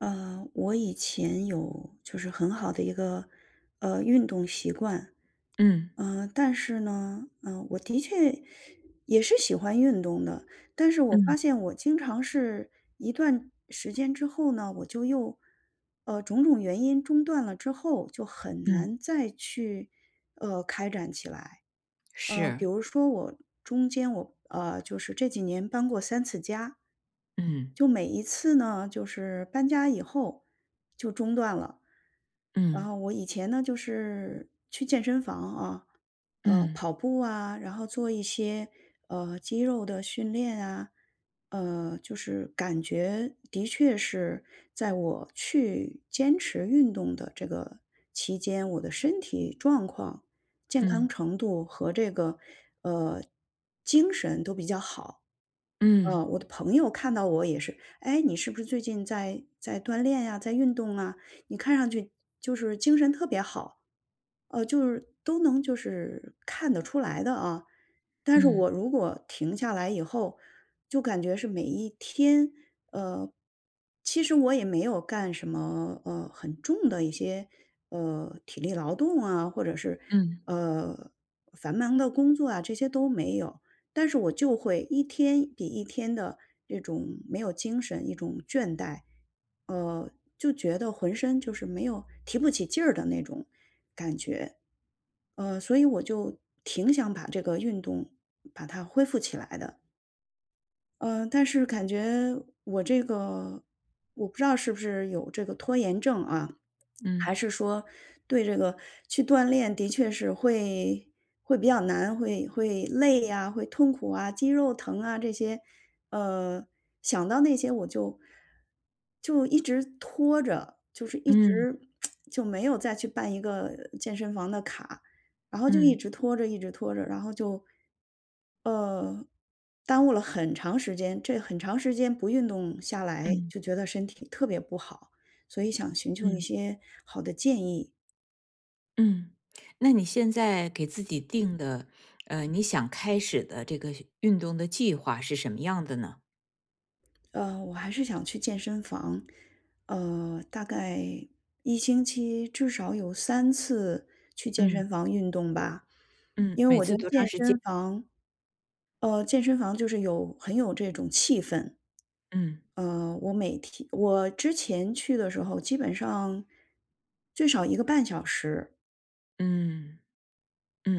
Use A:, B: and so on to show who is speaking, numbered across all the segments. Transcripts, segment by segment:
A: 我以前有就是很好的一个运动习惯，
B: 嗯
A: 但是呢，我的确也是喜欢运动的，但是我
B: 嗯
A: 发现我经常是一段时间之后呢，我就又种种原因中断了之后，就很
B: 嗯，
A: 难再去开展起来。比
B: 是，
A: 如说我中间就是这几年搬过三次家。
B: 嗯
A: 就每一次呢，就是搬家以后就中断了。然
B: 嗯
A: 后我以前呢，就是去健身房啊，
B: 嗯
A: 跑步啊，然后做一些，肌肉的训练啊，就是感觉的确是在我去坚持运动的这个期间，我的身体状况健
B: 嗯
A: 康
B: 嗯
A: 程度和这个，呃，精神都比较好。
B: 嗯
A: 我的朋友看到我也是，"哎，你是不是最近在锻炼呀，在运动啊？你看上去就是精神特别好。"就是都能就是看得出来的啊。但是
B: 嗯
A: 我如果停下来以后，就感觉是每一天呃，其实我也没有干什么，很重的一些，体力劳动啊，或者是，
B: 嗯
A: 呃，繁忙的工作啊，这些都没有。但是我就会一天比一天的这种没有精神，一种倦怠，呃，就觉得浑身就是没有提不起劲儿的那种感觉，所以我就挺想把这个运动把它恢复起来的。嗯，但是感觉我这个我不知道是不是有这个拖延症啊，还
B: 嗯
A: 是说对这个去锻炼的确是会比较难，会累呀，会痛苦啊，肌肉疼啊这些，呃，想到那些我就一直拖着，就是一
B: 嗯
A: 直 就没有再去办一个健身房的卡，然后就一直拖着，一直拖着，然后就呃耽误了很长时间，这很长时间不运动下来，
B: 嗯
A: 就觉得身体特别不好。所以想寻求一
B: 嗯
A: 些好的建议。
B: 嗯。那你现在给自己定的，你想开始的这个运动的计划是什么样的呢？
A: 我还是想去健身房，大概一星期至少有三次去健
B: 嗯
A: 身房运动吧。
B: 嗯，
A: 因为
B: 每
A: 我
B: 次
A: 觉得
B: 多长时间？
A: 健身房就是有很有这种气氛。
B: 嗯
A: 我每天我之前去的时候，基本上最少一个半小时。
B: 嗯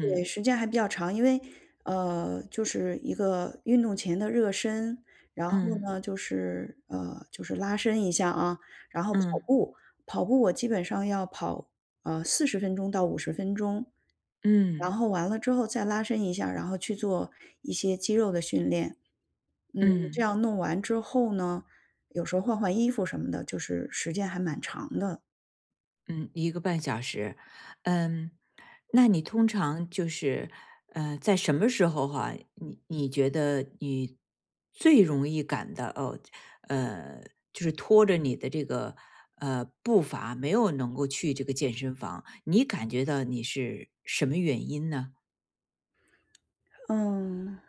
A: 对，时间还比较长，因为，就是一个运动前的热身，然后
B: 嗯
A: 呢，就是拉伸一下啊，然后跑
B: 嗯
A: 步，跑步我基本上要跑40分钟到50分钟，
B: 嗯
A: 然
B: 嗯
A: 后完了之后再拉伸一下，然后去做一些肌肉的训练，这
B: 嗯。
A: 样弄完之后呢，有时候换换衣服什么的，就是时间还蛮长的，
B: 嗯，一个半小时。嗯，那你通常就是，在什么时候哈，你觉得你最容易感到哦，呃，就是拖着你的这个，步伐没有能够去这个健身房，你感觉到你是什么原因呢？
A: 嗯。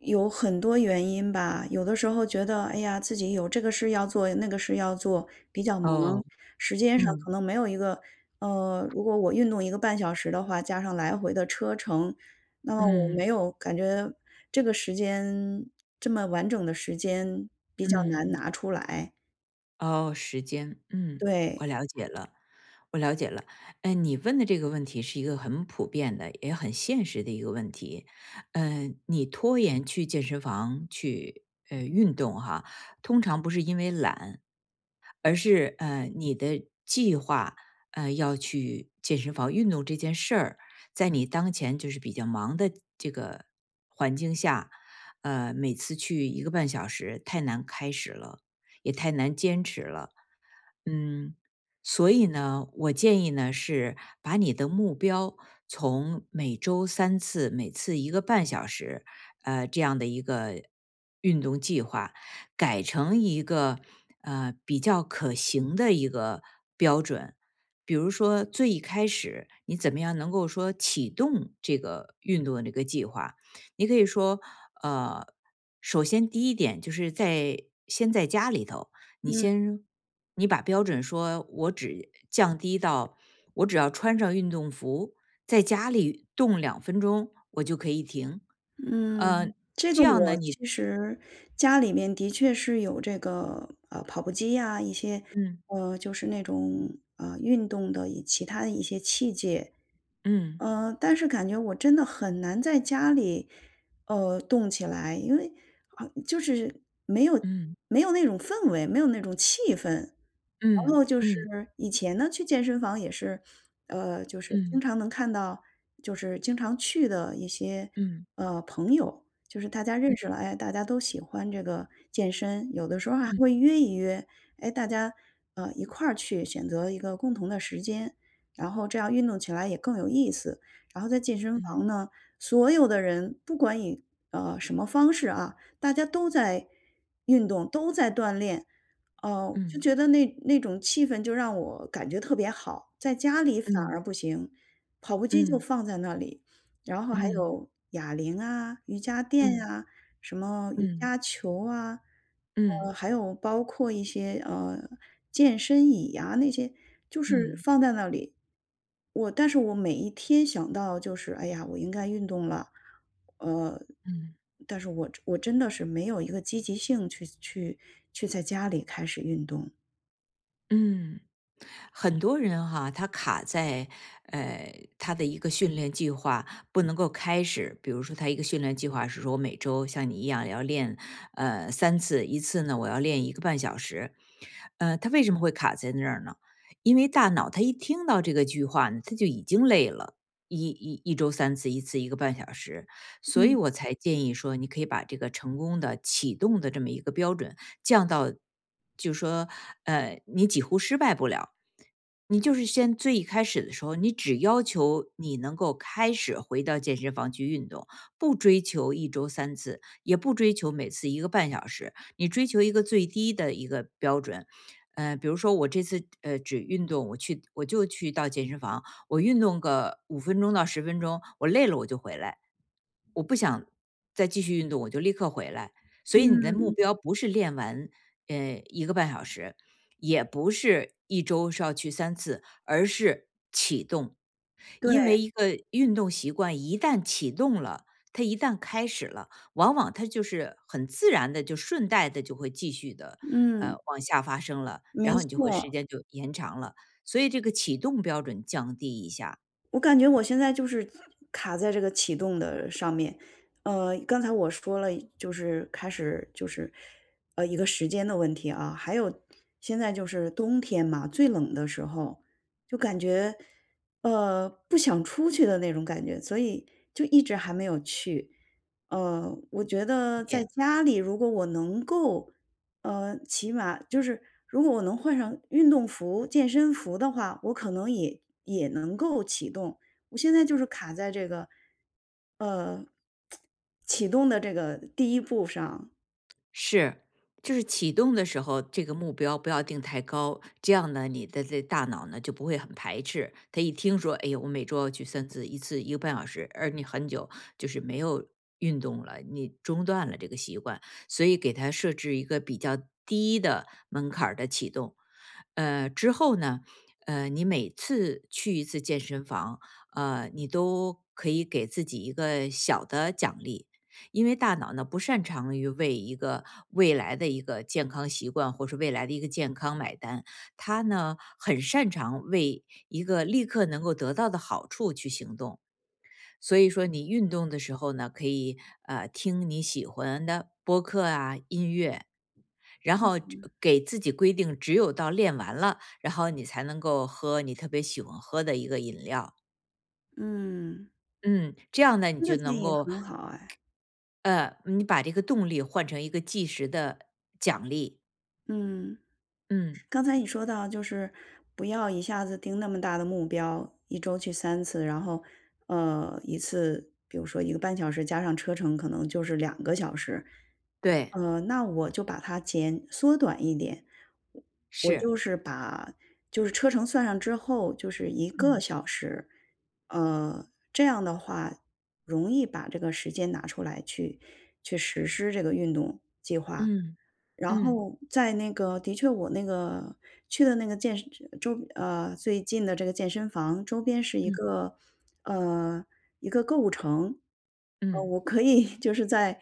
A: 有很多原因吧，有的时候觉得，哎呀，自己有这个事要做，那个事要做，比较
B: 哦，
A: 忙，时间上
B: 嗯，
A: 可能没有一个，如果我运动一个半小时的话，加上来回的车程，那么我
B: 嗯，
A: 没有感觉这个时间这么完整的时间比较难
B: 嗯，
A: 拿出来。
B: 哦，时间，嗯，我
A: 对，
B: 了解了。我了解了，嗯，你问的这个问题是一个很普遍的，也很现实的一个问题。嗯，你拖延去健身房去运动哈，通常不是因为懒，而是你的计划要去健身房运动这件事儿，在你当前就是比较忙的这个环境下，每次去一个半小时太难开始了，也太难坚持了。嗯，所以呢，我建议呢是把你的目标从每周三次，每次一个半小时，这样的一个运动计划，改成一个比较可行的一个标准。比如说，最一开始你怎么样能够说启动这个运动的这个计划？你可以说，呃，首先第一点就是在先在家里头，你
A: 嗯。
B: 先你把标准说我只降低到我只要穿上运动服，在家里动两分钟，我就可以停。呃，
A: 嗯，这个
B: 这样呢，
A: 我
B: 你
A: 其实家里面的确是有这个，跑步机呀，一些，
B: 嗯，
A: 就是那种，运动的以其他的一些器械，
B: 嗯，
A: 但是感觉我真的很难在家里，动起来，因为啊，就是没有
B: 嗯，
A: 没有那种氛围，没有那种气氛。然
B: 嗯，
A: 后就是
B: 嗯，
A: 以前呢，去健身房也是，就是经
B: 嗯，
A: 常能看到，就是经常去的一些
B: 嗯，
A: 朋友，就是大家认识了，哎，大家都喜欢这个健身，有的时候还会约一约，哎，大家一块儿去选择一个共同的时间。然后这样运动起来也更有意思。然后在健身
B: 嗯，
A: 房呢，所有的人不管以什么方式啊，大家都在运动，都在锻炼，哦、就
B: 嗯，
A: 觉得那种气氛就让我感觉特别好。在家里反
B: 嗯，
A: 而不行，跑步机就
B: 嗯，
A: 放在那里，然后还
B: 嗯，
A: 有哑铃啊、瑜伽垫
B: 嗯，嗯，
A: 呀、什么瑜
B: 嗯，
A: 伽球啊，
B: 嗯，
A: 还有包括一些，健身椅呀那些，就是
B: 嗯，嗯
A: 放在那里。但是我每一天想到就是，哎呀，我应该运动了，呃，
B: 嗯。
A: 但是我真的是没有一个积极性去在家里开始运动。
B: 嗯，很多人哈，他卡在呃他的一个训练计划不能够开始。比如说，他一个训练计划是说，我每周像你一样要练三次，一次呢我要练一个半小时。他为什么会卡在那儿呢？因为大脑他一听到这个句话呢，他就已经累了。一周三次，一次一个半小时，所以
A: 嗯
B: 我才建议说，你可以把这个成功的启动的这么一个标准降到就说，你几乎失败不了。你就是先最一开始的时候，你只要求你能够开始回到健身房去运动，不追求一周三次，也不追求每次一个半小时，你追求一个最低的一个标准。比如说我这次只运动，我就去到健身房，我运动个五分钟到十分钟，我累了我就回来，我不想再继续运动，我就立刻回来。所以你的目
A: 嗯，
B: 标不是练完一个半小时，也不是一周是要去三次，而是启动。
A: 对，
B: 因为一个运动习惯一旦启动了，它一旦开始了，往往它就是很自然的，就顺带的就会继续的，
A: 嗯，
B: 往下发生了，然
A: 没
B: 后你就会时
A: 错。
B: 间就延长了。所以这个启动标准降低一下，
A: 我感觉我现在就是卡在这个启动的上面，刚才我说了，就是开始就是，一个时间的问题啊，还有现在就是冬天嘛，最冷的时候，就感觉，不想出去的那种感觉，所以就一直还没有去。我觉得在
B: 也
A: 家里，如果我能够起码就是如果我能换上运动服、健身服的话，我可能也能够启动。我现在就是卡在这个，呃，启动的这个第一步上。
B: 是，就是启动的时候，这个目标不要定太高，这样呢，你的这大脑呢就不会很排斥。他一听说，哎呀，我每周要去三次，一次一个半小时，而你很久就是没有运动了，你中断了这个习惯，所以给他设置一个比较低的门槛儿的启动。之后呢，你每次去一次健身房，你都可以给自己一个小的奖励，因为大脑呢不擅长于为一个未来的一个健康习惯或是未来的一个健康买单，它呢很擅长为一个立刻能够得到的好处去行动。所以说，你运动的时候呢，可以听你喜欢的播客啊、音乐，然后只给自己规定，只有到练完了，然后你才能够喝你特别喜欢喝的一个饮料。
A: 嗯，
B: 嗯，这样呢，你
A: 这
B: 就
A: 个建
B: 能
A: 议
B: 够
A: 很好哎，
B: 你把这个动力换成一个计时的奖励。
A: 嗯。
B: 嗯，
A: 刚才你说到，就是不要一下子定那么大的目标，一周去三次，然后，一次，比如说一个半小时，加上车程，可能就是2个小时。
B: 对，
A: 那我就把它缩短一点，我
B: 是。
A: 就是把就是车程算上之后，就是一个
B: 嗯
A: 小时，呃，这样的话容易把这个时间拿出来去实施这个运动计划。
B: 嗯
A: 然
B: 嗯
A: 后在那个的确我那个去的那个健身周呃，最近的这个健身房周边是一
B: 嗯
A: 个，呃，一个购物城。
B: 嗯
A: 我可以 就是在，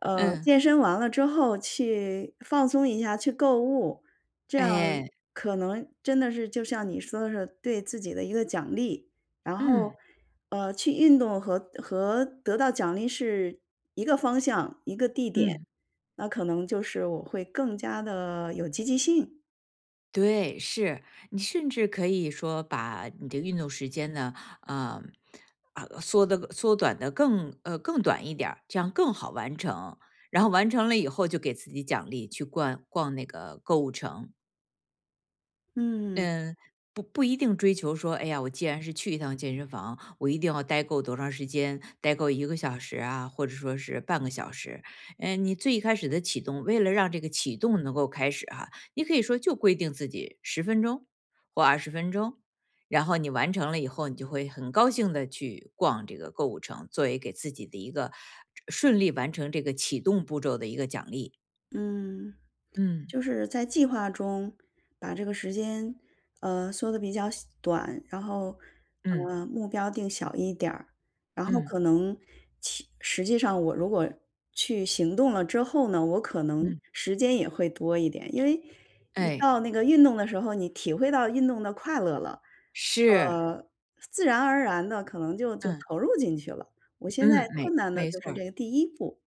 B: 嗯，
A: 健身完了之后去放松一下，去购物，这样
B: 哎，
A: 可能真的是就像你说的是对自己的一个奖励。然
B: 嗯
A: 后，去运动和得到奖励是一个方向、一个地点。
B: 嗯，
A: 那可能就是我会更加的有积极性，
B: 对，是。你甚至可以说把你的运动时间呢，呃，缩短的更更短一点儿这样更好完成。然后完成了以后，就给自己奖励，去逛逛那个购物城。
A: 嗯，
B: 嗯，不一定追求说，哎呀，我既然是去一趟健身房，我一定要待够多长时间，待够一个小时啊，或者说是半个小时。嗯，你最一开始的启动，为了让这个启动能够开始哈，你可以说就规定自己十分钟或二十分钟，然后你完成了以后，你就会很高兴的去逛这个购物城，作为给自己的一个顺利完成这个启动步骤的一个奖励。
A: 嗯。
B: 嗯
A: 就是在计划中把这个时间，缩的比较小短，然后，
B: 嗯
A: 目标定小一点儿，然后
B: 嗯
A: 可能其实际上我如果去行动了之后呢，我可能
B: 嗯，
A: 时间也会多一点，因为一
B: 哎，
A: 到那个运动的时候，你体会到运动的快乐了，
B: 是，
A: 呃，自然而然的可能就
B: 嗯。
A: 投入进去了。我现在
B: 嗯，没
A: 困难的
B: 没
A: 就
B: 错
A: 是
B: 儿
A: 这个第一步。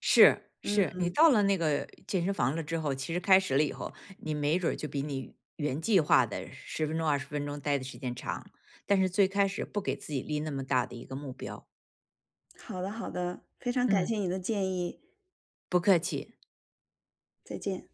B: 是是，
A: 嗯，
B: 你到了那个健身房了之后，其实开始了以后，你没准儿就比你原计划的十分钟、二十分钟待的时间长，但是最开始不给自己立那么大的一个目标。
A: 好的好的，非常感
B: 嗯，
A: 谢你的建议，
B: 不客气。
A: 再见。